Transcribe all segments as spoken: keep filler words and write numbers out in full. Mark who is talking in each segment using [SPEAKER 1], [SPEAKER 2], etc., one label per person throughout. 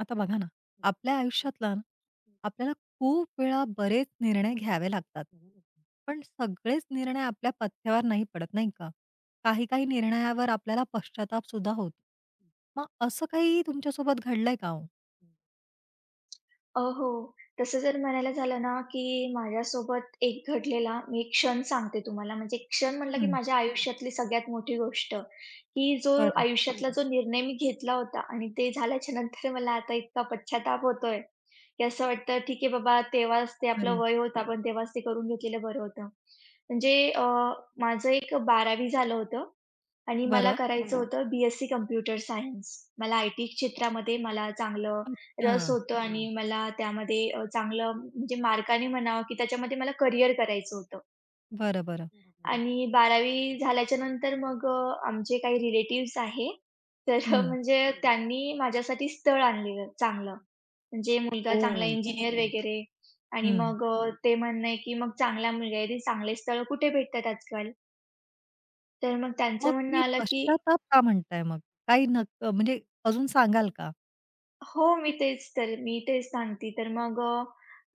[SPEAKER 1] आता बघा ना, आपल्या आयुष्यातला ना, आपल्याला खूप वेळा बरेच निर्णय घ्यावे लागतात. पण सगळेच निर्णय आपल्या पथ्यावर नाही पडत, नाही का? काही-काही निर्णयावर आपल्याला पश्चाताप सुद्धा होतो. मग असं काही तुमच्यासोबत घडलंय का हो?
[SPEAKER 2] अ, हो. तसं जर म्हणायला झालं ना, की माझ्यासोबत एक घडलेला मी एक क्षण सांगते तुम्हाला. म्हणजे क्षण म्हटलं, की
[SPEAKER 1] हं,
[SPEAKER 2] माझ्या आयुष्यातली सगळ्यात मोठी गोष्ट, की जो
[SPEAKER 1] बरं.
[SPEAKER 2] आयुष्यातला जो निर्णय मी घेतला होता आणि ते झाल्याच्या नंतर मला आता इतका पश्चाताप होतोय, की असं वाटतं ठीक आहे बाबा तेव्हाच ते आपलं
[SPEAKER 1] अरे!
[SPEAKER 2] वय होतं, आपण तेव्हाच ते करून घेतलेलं बरं होतं. म्हणजे अ, माझं एक बारावी झालं होतं. आणि मला
[SPEAKER 1] बरं.
[SPEAKER 2] करायचं हं. होतं बी-एससी कॉम्प्युटर सायन्स. मला आयटी क्षेत्रामध्ये मला चांगलं
[SPEAKER 1] अच्छा.
[SPEAKER 2] रस होतं हम्म. आणि हं. मला त्यामध्ये अ, चांगलं म्हणजे मार्काने म्हणावं, की त्याच्यामध्ये मला करियर करायचं होतं.
[SPEAKER 1] बरं, बरं.
[SPEAKER 2] हं, आणि बारावी झाल्याच्या नंतर मग अ, आमचे काही रिलेटिव्हज आहे. तर अ,
[SPEAKER 1] हं.
[SPEAKER 2] म्हणजे हं. त्यांनी माझ्यासाठी स्थळ आणलेलं चांगलं. म्हणजे मुलगा चांगला
[SPEAKER 1] ओह!
[SPEAKER 2] इंजिनिअर हं. वगैरे. आणि
[SPEAKER 1] हं.
[SPEAKER 2] मग अ, हं. ते म्हणणं आहे, की मग चांगला मुलगा आहे, ते चांगले स्थळ कुठे भेटतात आजकाल? तर मग त्यांचं
[SPEAKER 1] मग
[SPEAKER 2] म्हणणं
[SPEAKER 1] तुम्ही
[SPEAKER 2] आलं, की
[SPEAKER 1] पश्चाताप का म्हणताय मग? काही नक्क म्हणजे अजून सांगाल का?
[SPEAKER 2] हो, मी तेच तर मी तेच सांगते. तर मग अ,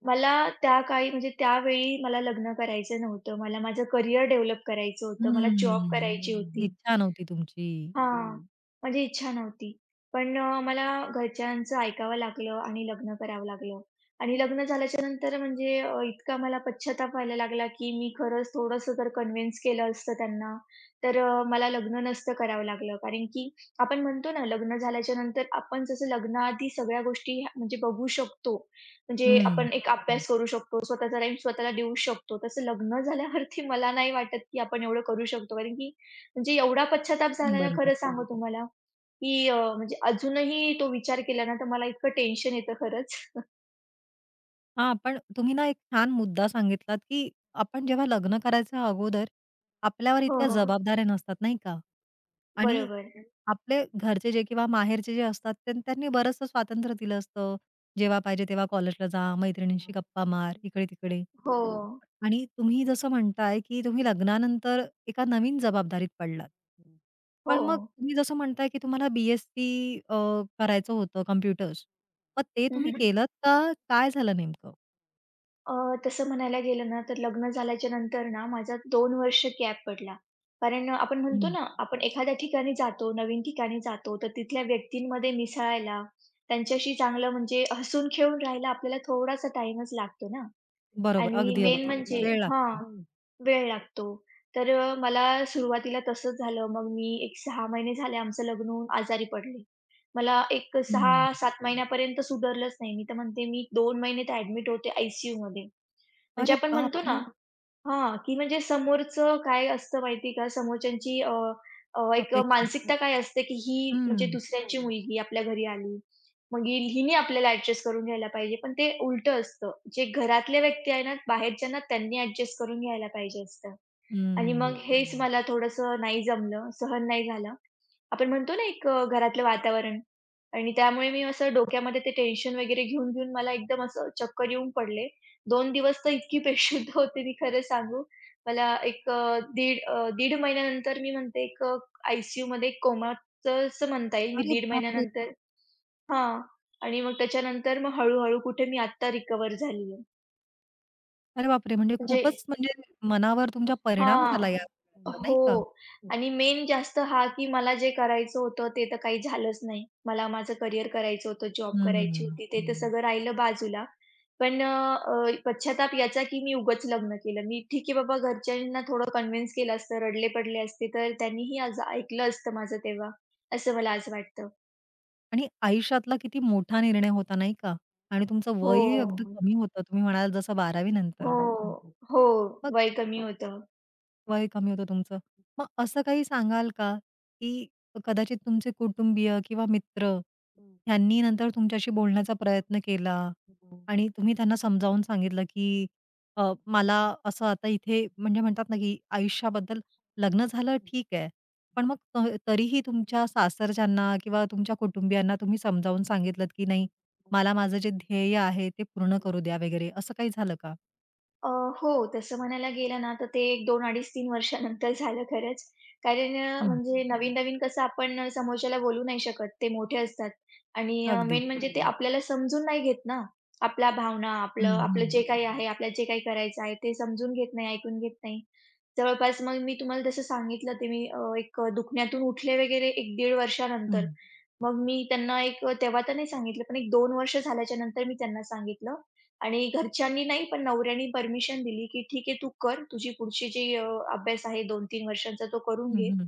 [SPEAKER 2] मला त्या काळी म्हणजे त्यावेळी मला लग्न करायचं नव्हतं. मला माझं करियर डेव्हलप करायचं होतं. मला जॉब करायची
[SPEAKER 1] हम्म.
[SPEAKER 2] होती.
[SPEAKER 1] इच्छा नव्हती तुमची.
[SPEAKER 2] हां, माझी इच्छा नव्हती. पण अ, मला घरच्यांचं ऐकावं लागलं आणि लग्न करावं लागलं. आणि लग्न झाल्याच्या नंतर म्हणजे अ, इतका मला पश्चाताप व्हायला लागला, की मी खरंच थोडंसं जर कन्व्हिन्स केलं असतं त्यांना, तर अ, मला लग्न नसतं करावं लागलं. कारण की आपण म्हणतो ना, लग्न झाल्याच्या नंतर आपण जसं लग्नाआधी सगळ्या गोष्टी ह्या- म्हणजे बघू शकतो, म्हणजे
[SPEAKER 1] हं.
[SPEAKER 2] आपण एक अभ्यास करू शकतो, स्वतःचा टाईम स्वतःला देऊ शकतो. तसं लग्न झाल्यावरती मला नाही वाटत, की आपण एवढं करू शकतो. कारण की म्हणजे एवढा पश्चाताप झाला ना
[SPEAKER 1] बरोबर.
[SPEAKER 2] खरं सांगू तुम्हाला, की अ, म्हणजे अजूनही तो विचार केला ना, तर मला इतकं टेन्शन येतं खरंच.
[SPEAKER 1] हां, पण तुम्ही ना एक छान मुद्दा सांगितलात, की आपण जेव्हा लग्न करायच्या अगोदर आपल्यावर
[SPEAKER 2] हो,
[SPEAKER 1] इतक्या
[SPEAKER 2] हो.
[SPEAKER 1] जबाबदाऱ्या नसतात, नाही का? आणि
[SPEAKER 2] बरोबर.
[SPEAKER 1] आपले घरचे जे किंवा माहेरचे जे असतात त्यां त्यांनी बरंचसं स्वातंत्र्य दिलं असतं. जेव्हा पाहिजे तेव्हा कॉलेजला जा, मैत्रिणींशी गप्पा मार, इकडे-तिकडे.
[SPEAKER 2] हो,
[SPEAKER 1] आणि तुम्ही जसं म्हणताय, की तुम्ही लग्नानंतर एका नवीन जबाबदारीत पडलात.
[SPEAKER 2] हो.
[SPEAKER 1] पण मग तुम्ही जसं म्हणताय, की तुम्हाला बी करायचं होतं कॉम्प्युटर्स. मग ते
[SPEAKER 2] हं,
[SPEAKER 1] तुम्ही
[SPEAKER 2] हं.
[SPEAKER 1] केलत का? काय झालं नेमकं?
[SPEAKER 2] अ, तसं म्हणायला गेलं ना, तर लग्न झाल्याच्या नंतर ना, माझा दोन वर्ष गॅप पडला. कारण आपण म्हणतो
[SPEAKER 1] हं.
[SPEAKER 2] ना, आपण एखाद्या ठिकाणी जातो, नवीन ठिकाणी जातो, तर तिथल्या व्यक्तींमध्ये मिसळायला, त्यांच्याशी चांगलं म्हणजे हसून खेळून राहायला आपल्याला थोडासा टाईमच लागतो ना.
[SPEAKER 1] बरोबर.
[SPEAKER 2] आणि
[SPEAKER 1] अगदी,
[SPEAKER 2] मेन
[SPEAKER 1] अगदी.
[SPEAKER 2] म्हणजे
[SPEAKER 1] वेळ
[SPEAKER 2] पडतात.
[SPEAKER 1] लागतो.
[SPEAKER 2] हां, वेळ लागतो. तर अ, मला सुरुवातीला तसंच झालं. मग मी एक सहा महिने झाले आमचं लग्न होऊन आजारी पडले. मला एक
[SPEAKER 1] हं.
[SPEAKER 2] सहा सात महिन्यापर्यंत सुधारलंच नाही. मी तर म्हणते मी दोन महिने तर ॲडमिट होते आय-सी-यूमध्ये. म्हणजे
[SPEAKER 1] अरे
[SPEAKER 2] आपण म्हणतो ना,
[SPEAKER 1] बापरे!
[SPEAKER 2] हां, की म्हणजे समोरचं काय असतं माहिती आहे का, समोरच्यांची अ, अ, एक
[SPEAKER 1] अपेक्षा.
[SPEAKER 2] मानसिकता काय असते, की ही म्हणजे
[SPEAKER 1] हं.
[SPEAKER 2] दुसऱ्यांची मुलगी आपल्या घरी आली. मग हि हिने आपल्याला ॲडजस्ट करून घ्यायला पाहिजे. पण ते उलटं असतं. जे घरातले व्यक्ती आहे ना, बाहेरच्यांना त्यांनी ॲडजस्ट करून घ्यायला पाहिजे असतं. आणि मग
[SPEAKER 1] हं.
[SPEAKER 2] हेच मला थोडंसं नाही जमलं, सहन नाही झालं. आपण म्हणतो ना एक अ, घरातलं वातावरण आणि त्यामुळे मी असं डोक्यामध्ये ते टेन्शन वगैरे घेऊन, घेऊन मला एकदम असं चक्कर येऊन पडले. दोन दिवस तर इतकी बेशुद्ध होते मी खरं सांगू. मला एक अ, दीड अ, दीड महिन्यानंतर मी म्हणते एक अ, आय सी असं म्हणता येईल. मी
[SPEAKER 1] अरे
[SPEAKER 2] दीड
[SPEAKER 1] बापरे!
[SPEAKER 2] महिन्यानंतर हां. आणि मग त्याच्यानंतर मग हळू कुठे मी आत्ता रिकव्हर झाली
[SPEAKER 1] अरे बापरे! म्हणजे
[SPEAKER 2] म्हणजे
[SPEAKER 1] खूपच म्हणजे मनावर तुमच्या
[SPEAKER 2] हा
[SPEAKER 1] परिणाम
[SPEAKER 2] हां.
[SPEAKER 1] झाला या सगळ्याचा नाही
[SPEAKER 2] हो
[SPEAKER 1] का?
[SPEAKER 2] आणि मेन जास्त हा, की मला जे करायचं होतं ते तर काही झालंच नाही. मला माझं करियर करायचं होतं, जॉब करायची
[SPEAKER 1] हं.
[SPEAKER 2] होती. ते तर सगळं राहिलं बाजूला. पण अ, अ, पश्चाताप याचा की मी उगाच लग्न केलं. मी ठीक आहे बाबा घरच्यांना थोडं कन्व्हिन्स केलं असतं, रडले पडले असते, तर त्यांनीही आज ऐकलं असतं माझं तेव्हा, असं मला आज वाटतं.
[SPEAKER 1] आणि आयुष्यातला किती मोठा निर्णय होता नाही का? आणि तुमचं
[SPEAKER 2] हो.
[SPEAKER 1] वयही अगदी
[SPEAKER 2] हो.
[SPEAKER 1] कमी होतं. तुम्ही म्हणालात जसं बारावी नंतर.
[SPEAKER 2] तुमचं हो.
[SPEAKER 1] मग
[SPEAKER 2] वय कमी होतं.
[SPEAKER 1] वय कमी होतं तुमचं. मग असं काही सांगाल का, की कदाचित तुमचे कुटुंबीय किंवा मित्र ह्यांनी नंतर तुमच्याशी बोलण्याचा प्रयत्न केला आणि तुम्ही त्यांना समजावून सांगितलं, की अ, मला असं आता इथे म्हणजे म्हणतात ना, की आयुष्याबद्दल लग्न झालं ठीक आहे. पण मग त तरीही तुमच्या सासरच्यांना किंवा तुमच्या कुटुंबियांना तुम्ही समजावून सांगितलत, की नाही मला माझं जे ध्येय आहे ते पूर्ण करू द्या वगैरे असं काही झालं का?
[SPEAKER 2] अ, हो, तसं म्हणायला गेलं ना, तर ते एक दोन अडीच-तीन वर्षानंतर झालं खरंच. कारण अ,
[SPEAKER 1] हं.
[SPEAKER 2] म्हणजे नवीन-नवीन कसं आपण अ, समोरच्याला बोलू नाही शकत. ते मोठे असतात आणि अ,
[SPEAKER 1] अगदी.
[SPEAKER 2] मेन म्हणजे ते आपल्याला समजून नाही घेत ना. आपल्या भावना, आपलं
[SPEAKER 1] हं,
[SPEAKER 2] आपलं
[SPEAKER 1] हं.
[SPEAKER 2] जे काही आहे, आपल्याला जे काही करायचं आहे, ते समजून घेत नाही, ऐकून घेत नाही. जवळपास मग मी तुम्हाला जसं सांगितलं, ते मी अ, एक दुखण्यातून उठले वगैरे एक दीड
[SPEAKER 1] हं,
[SPEAKER 2] वर्षानंतर. मग मी त्यांना एक अ, तेव्हा तर नाही सांगितलं, पण एक दोन वर्ष झाल्याच्या नंतर मी त्यांना सांगितलं आणि घरच्यांनी नाही, पण नवऱ्याने परमिशन दिली, की "ठीक आहे, तू कर. तुझी पुढची जी अ, अभ्यास आहे दोन तीन वर्षांचा तो करून
[SPEAKER 1] हं,
[SPEAKER 2] घे.
[SPEAKER 1] हं.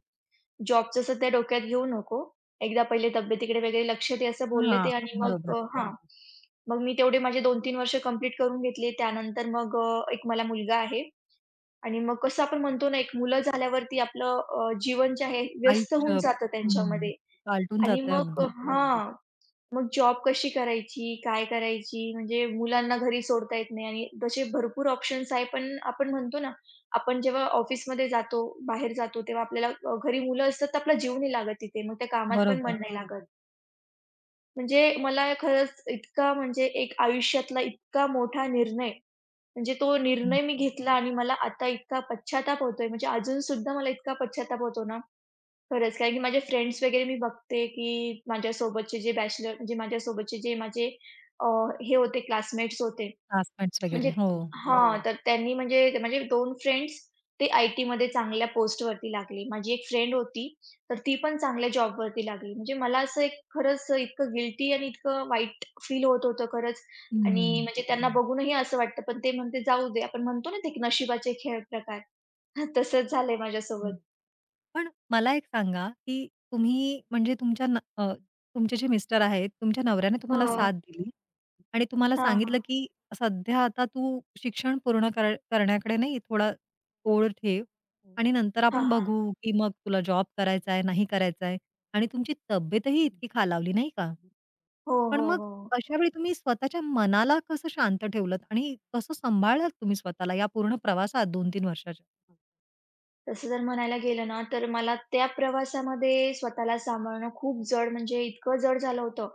[SPEAKER 2] जॉबचं सध्या डोक्यात घेऊ नको. एकदा पहिले तब्येतीकडे वगैरे लक्ष दे," असं बोलले
[SPEAKER 1] हां,
[SPEAKER 2] ते आणि मग
[SPEAKER 1] बरोबर.
[SPEAKER 2] अ, हां. मग मी तेवढे माझे दोन तीन वर्ष कंप्लीट करून घेतले. त्यानंतर मग अ, एक मला मुलगा आहे आणि मग कसं आपण म्हणतो ना, एक मुलं झाल्यावरती आपलं अ, जीवन जे आहे व्यस्त
[SPEAKER 1] आयुष्य
[SPEAKER 2] होऊन जातं
[SPEAKER 1] हं,
[SPEAKER 2] त्यांच्यामध्ये
[SPEAKER 1] पालटून
[SPEAKER 2] आणि
[SPEAKER 1] जातं
[SPEAKER 2] मग
[SPEAKER 1] अगदी.
[SPEAKER 2] हां. मग जॉब कशी करायची? काय करायची? म्हणजे मुलांना घरी सोडता येत नाही आणि तसे भरपूर ऑप्शन्स आहे. पण आपण म्हणतो ना, आपण जेव्हा ऑफिसमध्ये जातो, बाहेर जातो, तेव्हा आपल्याला अ, घरी मुलं असतात तर आपला जीव नाही लागत तिथे. मग त्या कामात पण मन
[SPEAKER 1] बरोबर.
[SPEAKER 2] नाही लागत. म्हणजे मला खरंच इतका म्हणजे एक आयुष्यातला इतका मोठा निर्णय, म्हणजे तो
[SPEAKER 1] हं.
[SPEAKER 2] निर्णय मी घेतला आणि मला आता इतका पश्चाताप होतोय. म्हणजे अजूनसुद्धा मला इतका पश्चाताप होतो ना, खरंच, कारण की माझे फ्रेंड्स वगैरे मी बघते, की माझ्यासोबतचे जे बॅचलर म्हणजे माझ्यासोबतचे जे माझे अ, हे होते क्लासमेट्स होते.
[SPEAKER 1] क्लासमेट्स
[SPEAKER 2] म्हणजे
[SPEAKER 1] वगैरे. हो.
[SPEAKER 2] अच्छा, हां, बरोबर. तर त्यांनी म्हणजे ते माझे दोन फ्रेंड्स ते आय-टीमध्ये चांगल्या पोस्टवरती लागले. माझी एक फ्रेंड होती, तर ती पण चांगल्या जॉबवरती लागली. म्हणजे मला असं एक खरंच इतकं गिल्टी आणि इतकं वाईट फील होत होतं खरंच आणि
[SPEAKER 1] हं.
[SPEAKER 2] म्हणजे त्यांना हं. बघूनही असं वाटतं, पण ते म्हणते जाऊ दे. आपण म्हणतो ना, ते एक नशिबाचे खेळ प्रकार. तसंच झालंय
[SPEAKER 1] हं.
[SPEAKER 2] माझ्यासोबत.
[SPEAKER 1] पण मला एक सांगा, की तुम्ही म्हणजे तुमच्या न अ, तुमचे जे मिस्टर आहेत, तुमच्या नवऱ्याने
[SPEAKER 2] हो हो.
[SPEAKER 1] तुम्हाला
[SPEAKER 2] ना?
[SPEAKER 1] साथ दिली आणि तुम्हाला
[SPEAKER 2] हां, हां.
[SPEAKER 1] सांगितलं, की सध्या आता तू शिक्षण पूर्ण कर करण्याकडे नाही थोडा ओढ ठेव आणि नंतर
[SPEAKER 2] हां,
[SPEAKER 1] आपण
[SPEAKER 2] हां.
[SPEAKER 1] बघू, की मग तुला जॉब करायचा आहे, नाही करायचा आहे आणि तुमची तब्येतही इतकी खालावली, नाही का?
[SPEAKER 2] हो,
[SPEAKER 1] पण
[SPEAKER 2] हो,
[SPEAKER 1] मग
[SPEAKER 2] हो.
[SPEAKER 1] अशा वेळी तुम्ही स्वतःच्या मनाला कसं शांत ठेवलत आणि कसं सांभाळलात तुम्ही स्वतःला या पूर्ण प्रवासात दोन तीन वर्षाच्या?
[SPEAKER 2] तसं जर म्हणायला गेलं ना, तर मला त्या प्रवासामध्ये स्वतःला सांभाळणं खूप जड म्हणजे इतकं जड झालं होतं.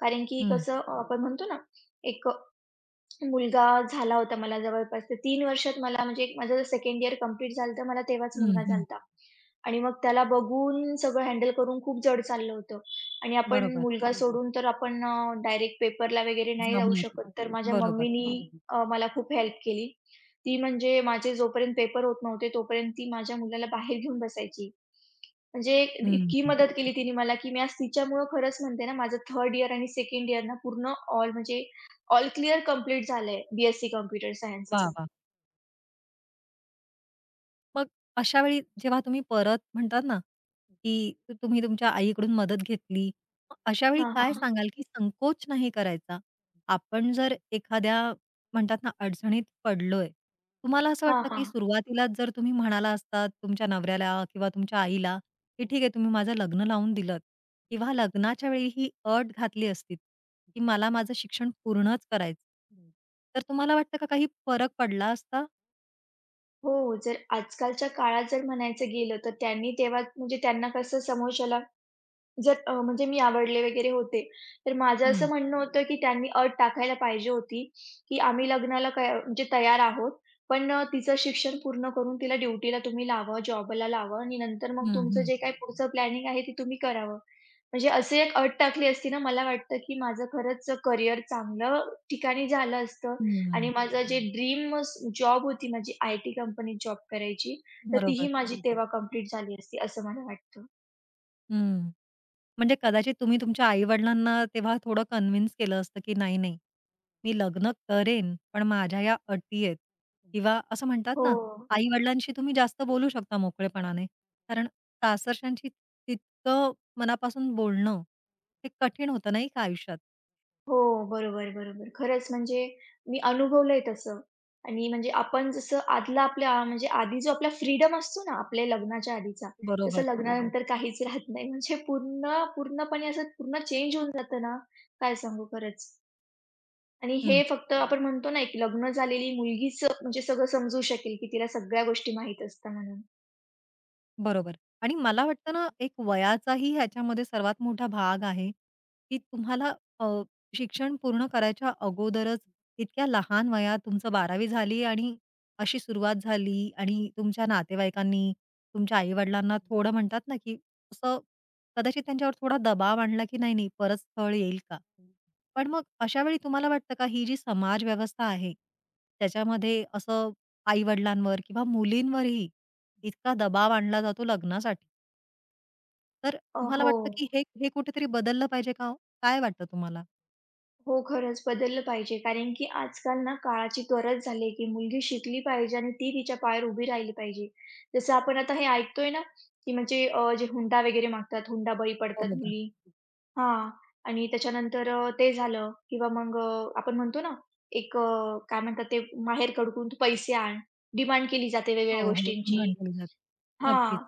[SPEAKER 2] कारण की
[SPEAKER 1] हं,
[SPEAKER 2] कसं अ, आपण म्हणतो ना, एक मुलगा झाला होता मला जवळपास तर तीन वर्षात मला म्हणजे एक माझं सेकंड इयर कंप्लीट झालं तर मला तेव्हाच
[SPEAKER 1] हं,
[SPEAKER 2] मुलगा झाला
[SPEAKER 1] हं.
[SPEAKER 2] होता. आणि मग त्याला बघून सगळं हँडल करून खूप जड चाललं होतं. आणि आपण
[SPEAKER 1] बरोबर.
[SPEAKER 2] मुलगा सोडून तर आपण अ, डायरेक्ट पेपरला वगैरे नाही
[SPEAKER 1] जाऊ
[SPEAKER 2] जाऊ
[SPEAKER 1] नाही
[SPEAKER 2] शकत.
[SPEAKER 1] शकत.
[SPEAKER 2] तर माझ्या
[SPEAKER 1] बरोबर.
[SPEAKER 2] मम्मीनी अ, मला खूप हेल्प केली. ती म्हणजे माझे जोपर्यंत पेपर होत नव्हते तोपर्यंत ती माझ्या मुलाला बाहेर घेऊन बसायची. म्हणजे एक-
[SPEAKER 1] हं,
[SPEAKER 2] इतकी मदत केली तिने मला, की मी आज तिच्यामुळं खरंच म्हणते ना माझं थर्ड इयर आणि सेकंड इयर ना पूर्ण ऑल म्हणजे ऑल क्लिअर कंप्लीट झालंय बी-एससी कॉम्प्युटर
[SPEAKER 1] वाह!
[SPEAKER 2] सायन्सचं.
[SPEAKER 1] वाह! मग अशा वेळी जेव्हा तुम्ही परत म्हणतात ना, की तुम्ही तुमच्या आईकडून मदत घेतली. मग अशा वेळी
[SPEAKER 2] हां,
[SPEAKER 1] काय
[SPEAKER 2] हां.
[SPEAKER 1] सांगाल, की संकोच नाही करायचा. आपण जर एखाद्या म्हणतात ना, अडचणीत पडलोय. तुम्हाला असं
[SPEAKER 2] हां,
[SPEAKER 1] वाटतं, की
[SPEAKER 2] हां.
[SPEAKER 1] सुरुवातीलाच जर तुम्ही म्हणाला असतात तुमच्या नवऱ्याला किंवा तुमच्या आईला, की "ठीक आहे, तुम्ही माझं लग्न लावून दिलत" किंवा लग्नाच्या वेळी ही अट घातली असती, की "मला माझं शिक्षण पूर्णच करायचं." तर तुम्हाला वाटतं का काही फरक पडला असता?
[SPEAKER 2] हो, जर आजकालच्या काळात जर म्हणायचं गेलं, तर त्यांनी तेव्हा म्हणजे त्यांना कसं समोरच्याला जर अ, म्हणजे मी आवडले वगैरे होते. तर माझं असं
[SPEAKER 1] हं,
[SPEAKER 2] म्हणणं होतं, की त्यांनी अट टाकायला पाहिजे होती, की आम्ही लग्नाला क म्हणजे तयार आहोत, पण अ, तिचं शिक्षण पूर्ण करून तिला ड्युटीला तुम्ही लावा, जॉबला लावा आणि नंतर मग
[SPEAKER 1] हं,
[SPEAKER 2] तुमचं
[SPEAKER 1] हं,
[SPEAKER 2] जे काही पुढचं प्लॅनिंग आहे, ते तुम्ही करावं. म्हणजे अशी एक अट टाकली असती ना, मला वाटतं, की माझं खरंच करियर चांगलं ठिकाणी झालं असतं
[SPEAKER 1] हं.
[SPEAKER 2] आणि माझं जे ड्रीम जॉब होती माझी आयटी कंपनीत जॉब करायची, तर तीही
[SPEAKER 1] बरोबर.
[SPEAKER 2] माझी तेव्हा कंप्लीट झाली असती, असं मला वाटतं.
[SPEAKER 1] हं. म्हणजे कदाचित तुम्ही तुमच्या आई-वडिलांना तेव्हा थोडं कन्व्हिन्स केलं असतं, की नाही, नाही, मी लग्न करेन, पण माझ्या या अटी आहेत किंवा असं म्हणतात
[SPEAKER 2] हो.
[SPEAKER 1] ना, आई-वडिलांशी तुम्ही जास्त बोलू शकता मोकळेपणाने. कारण सासरच्यांशी तितकं मनापासून बोलणं, ते कठीण होतं नाही का आयुष्यात?
[SPEAKER 2] हो, बरोबर, बरोबर. खरंच म्हणजे मी अनुभवलंय तसं आणि म्हणजे आपण जसं आदला आपल्या म्हणजे आधी जो आपला फ्रीडम असतो ना, आपल्या लग्नाच्या आधीचा, तसं
[SPEAKER 1] बरोबर.
[SPEAKER 2] बरोबर. लग्नानंतर काहीच राहत नाही. म्हणजे पूर्ण पूर्णपणे असं पूर्ण चेंज होऊन जातं ना, काय सांगू खरंच. आणि हे फक्त आपण म्हणतो ना, एक लग्न झालेली मुलगीच म्हणजे सगळं समजू शकेल, की तिला सगळ्या गोष्टी माहीत असतात म्हणून.
[SPEAKER 1] बरोबर. आणि मला वाटतं ना, एक वयाचाही ह्याच्यामध्ये सर्वात मोठा भाग आहे, की तुम्हाला अ, शिक्षण पूर्ण करायच्या अगोदरच इतक्या लहान वयात तुमचं बारावी झाली आणि अशी सुरुवात झाली आणि तुमच्या नातेवाईकांनी, तुमच्या आई थोडं म्हणतात ना, की असं कदाचित त्यांच्यावर थोडा दबाव आणला, की नाही, नाही, परत स्थळ येईल का? पण मग अशा वेळी तुम्हाला वाटतं का, ही जी समाजव्यवस्था आहे, त्याच्यामध्ये असं आई-वडिलांवर किंवा मुलींवरही इतका दबाव आणला जातो लग्नासाठी. तर
[SPEAKER 2] अ,
[SPEAKER 1] तुम्हाला
[SPEAKER 2] हो.
[SPEAKER 1] वाटतं की हे हे कुठेतरी बदललं पाहिजे का हो? काय वाटतं तुम्हाला?
[SPEAKER 2] हो, खरंच बदललं पाहिजे. कारण की आजकाल ना काळाची गरज झाली आहे, की मुलगी शिकली पाहिजे आणि ती तिच्या पायावर उभी राहिली पाहिजे. जसं आपण आता हे ऐकतोय ना, की म्हणजे अ, जे हुंडा वगैरे मागतात, हुंडा बळी पडतात
[SPEAKER 1] बरोबर.
[SPEAKER 2] मुली. हां. आणि त्याच्यानंतर अ, ते झालं किंवा मग अ, आपण म्हणतो ना, एक अ, काय म्हणतात ते माहेरकडून तू पैसे आण, डिमांड केली जाते वेगवेगळ्या हो,
[SPEAKER 1] हो, हो.
[SPEAKER 2] गोष्टींची.
[SPEAKER 1] डिमांड केली जाते.
[SPEAKER 2] हो.
[SPEAKER 1] नक्कीच.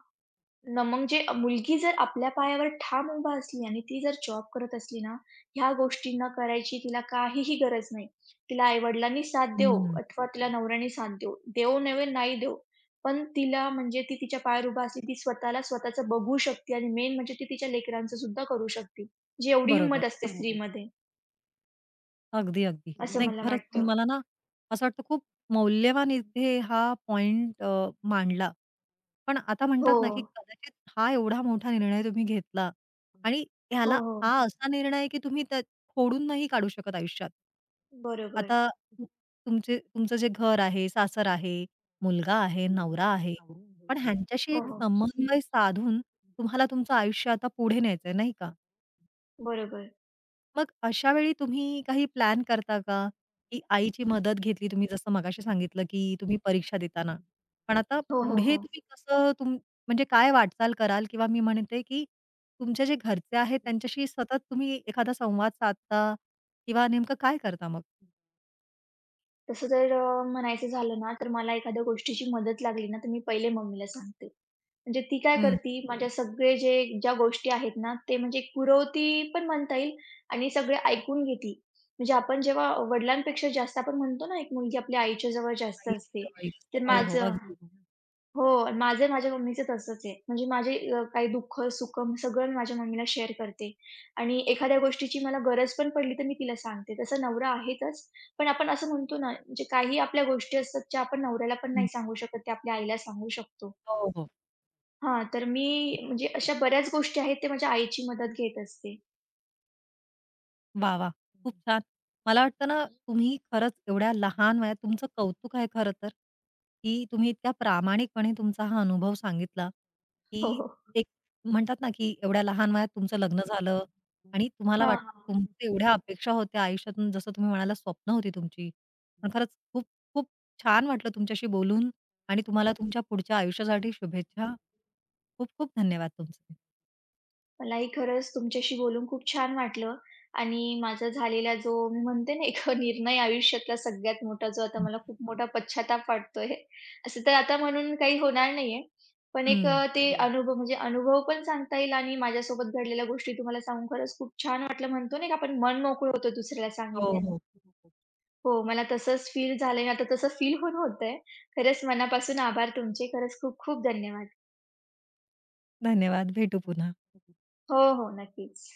[SPEAKER 2] न मग जे मुलगी जर आपल्या पायावर ठाम उभा असली आणि ती जर जॉब करत असली ना, ह्या गोष्टी न करायची तिला काहीही गरज नाही. तिला आई-वडिलांनी साथ देवो
[SPEAKER 1] हं.
[SPEAKER 2] अथवा तिला नवऱ्याने साथ देवो. देवो नव्हे, नाही देवो. पण तिला म्हणजे ती तिच्या पायावर उभा असली, ती स्वतःला स्वतःचं बघू शकते आणि मेन म्हणजे ती तिच्या लेकरांचं सुद्धा करू शकते. जी एवढी
[SPEAKER 1] बरोबर.
[SPEAKER 2] हिंमत असते स्त्रीमध्ये,
[SPEAKER 1] अगदी, अगदी.
[SPEAKER 2] असं
[SPEAKER 1] नाही
[SPEAKER 2] मला
[SPEAKER 1] खरंच तुम्ही
[SPEAKER 2] वाटतं.
[SPEAKER 1] मला ना, असं वाटतं खूप मौल्यवान इथे हा पॉइंट अ, मांडला. पण आता
[SPEAKER 2] हो.
[SPEAKER 1] म्हणतात ना, की कदाचित हा एवढा मोठा निर्णय तुम्ही घेतला आणि
[SPEAKER 2] हो,
[SPEAKER 1] ह्याला हा
[SPEAKER 2] हो.
[SPEAKER 1] असा निर्णय आहे, की तुम्ही त्या फोडून नाही काढू शकत आयुष्यात.
[SPEAKER 2] बरोबर.
[SPEAKER 1] आता तु तुमचे तुमचं जे घर आहे, सासर आहे, मुलगा आहे, नवरा आहे. पण ह्यांच्याशी
[SPEAKER 2] हो,
[SPEAKER 1] एक
[SPEAKER 2] हो.
[SPEAKER 1] समन्वय साधून तुम्हाला तुमचं आयुष्य आता पुढे न्यायचंय, नाही का?
[SPEAKER 2] बरोबर.
[SPEAKER 1] मग अशा वेळी तुम्ही काही प्लॅन करता का? की आईची मदत घेतली तुम्ही जसं मगाशी सांगितलं, की तुम्ही परीक्षा देताना. पण आता
[SPEAKER 2] हो, हो,
[SPEAKER 1] पुढे
[SPEAKER 2] हो.
[SPEAKER 1] तुम्ही कसं तुम म्हणजे काय वाटचाल कराल किंवा मी म्हणते, की तुमचे जे घरचे आहेत त्यांच्याशी सतत तुम्ही एखादा संवाद साधता किंवा नेमकं काय करता मग?
[SPEAKER 2] तसं जर अ, म्हणायचं झालं ना, तर मला एखाद्या गोष्टीची मदत लागली ना, तर मी पहिले मम्मीला सांगते. म्हणजे ती काय
[SPEAKER 1] हं.
[SPEAKER 2] करती, माझ्या सगळे जे ज्या गोष्टी आहेत ना, ते म्हणजे पुरवती पण म्हणता येईल आणि सगळे ऐकून घेती. म्हणजे आपण जेव्हा वडिलांपेक्षा जास्त आपण म्हणतो ना, एक मुलगी आपल्या आईच्या जवळ जास्त
[SPEAKER 1] आईची
[SPEAKER 2] असते.
[SPEAKER 1] जवळीक असते.
[SPEAKER 2] तर
[SPEAKER 1] हो, हो.
[SPEAKER 2] माझं
[SPEAKER 1] अगदी.
[SPEAKER 2] हो. माझं माझ्या मम्मीचं तसंच आहे. म्हणजे माझे अ, काही दुःख-सुख सगळं मी माझ्या मम्मीला शेअर करते आणि एखाद्या गोष्टीची मला गरज पण पडली तर मी तिला सांगते. तसा नवरा आहेतच, पण आपण असं म्हणतो ना, म्हणजे काही आपल्या गोष्टी असतात ज्या आपण नवऱ्याला पण
[SPEAKER 1] हं.
[SPEAKER 2] नाही सांगू शकत, त्या आपल्या आईला सांगू शकतो.
[SPEAKER 1] हो, हो.
[SPEAKER 2] हां, तर मी
[SPEAKER 1] नक्कीच.
[SPEAKER 2] म्हणजे अशा बऱ्याच गोष्टी आहेत, ते माझ्या आईची मदत घेत असते.
[SPEAKER 1] वाह, वाह! खूप छान. मला वाटतं ना, तुम्ही खरंच एवढ्या लहान वयात तुमचं कौतुक आहे खरं तर, की तुम्ही इतक्या प्रामाणिकपणे तुमचा हा अनुभव सांगितला, की
[SPEAKER 2] हो, हो.
[SPEAKER 1] एक म्हणतात ना, की एवढ्या लहान वयात तुमचं लग्न झालं आणि तुम्हाला
[SPEAKER 2] हां,
[SPEAKER 1] वाट
[SPEAKER 2] हां.
[SPEAKER 1] तुमच्या एवढ्या अपेक्षा होत्या आयुष्यातून जसं तुम्ही म्हणाला स्वप्न होती तुमची. पण खरंच खूप खूप छान वाटलं तुमच्याशी बोलून आणि तुम्हाला तुमच्या पुढच्या आयुष्यासाठी शुभेच्छा. खूप खूप धन्यवाद तुमचे.
[SPEAKER 2] मलाही खरंच तुमच्याशी बोलून खूप छान वाटलं आणि माझा झालेला जो मी म्हणते ना एक निर्णय आयुष्यातला सगळ्यात मोठा जो आता
[SPEAKER 1] हं,
[SPEAKER 2] मला खूप मोठा पश्चाताप वाटतोय. असं तर आता म्हणून काही होणार नाहीये. पण एक अ, ते हं. अनुभव म्हणजे अनुभव पण सांगता येईल आणि माझ्यासोबत घडलेल्या गोष्टी तुम्हाला सांगून खरंच खूप छान वाटलं. म्हणतो नाही का आपण मन मोकळं होतं दुसऱ्याला
[SPEAKER 1] हो,
[SPEAKER 2] सांगितल्याने.
[SPEAKER 1] हो.
[SPEAKER 2] हो, मला तसंच फील झालंय. आता तसं फील पण होतंय. खरंच मनापासून आभार तुमचे. खरंच खूप खूप धन्यवाद.
[SPEAKER 1] धन्यवाद. भेटू पुन्हा.
[SPEAKER 2] हो, हो. नक्कीच.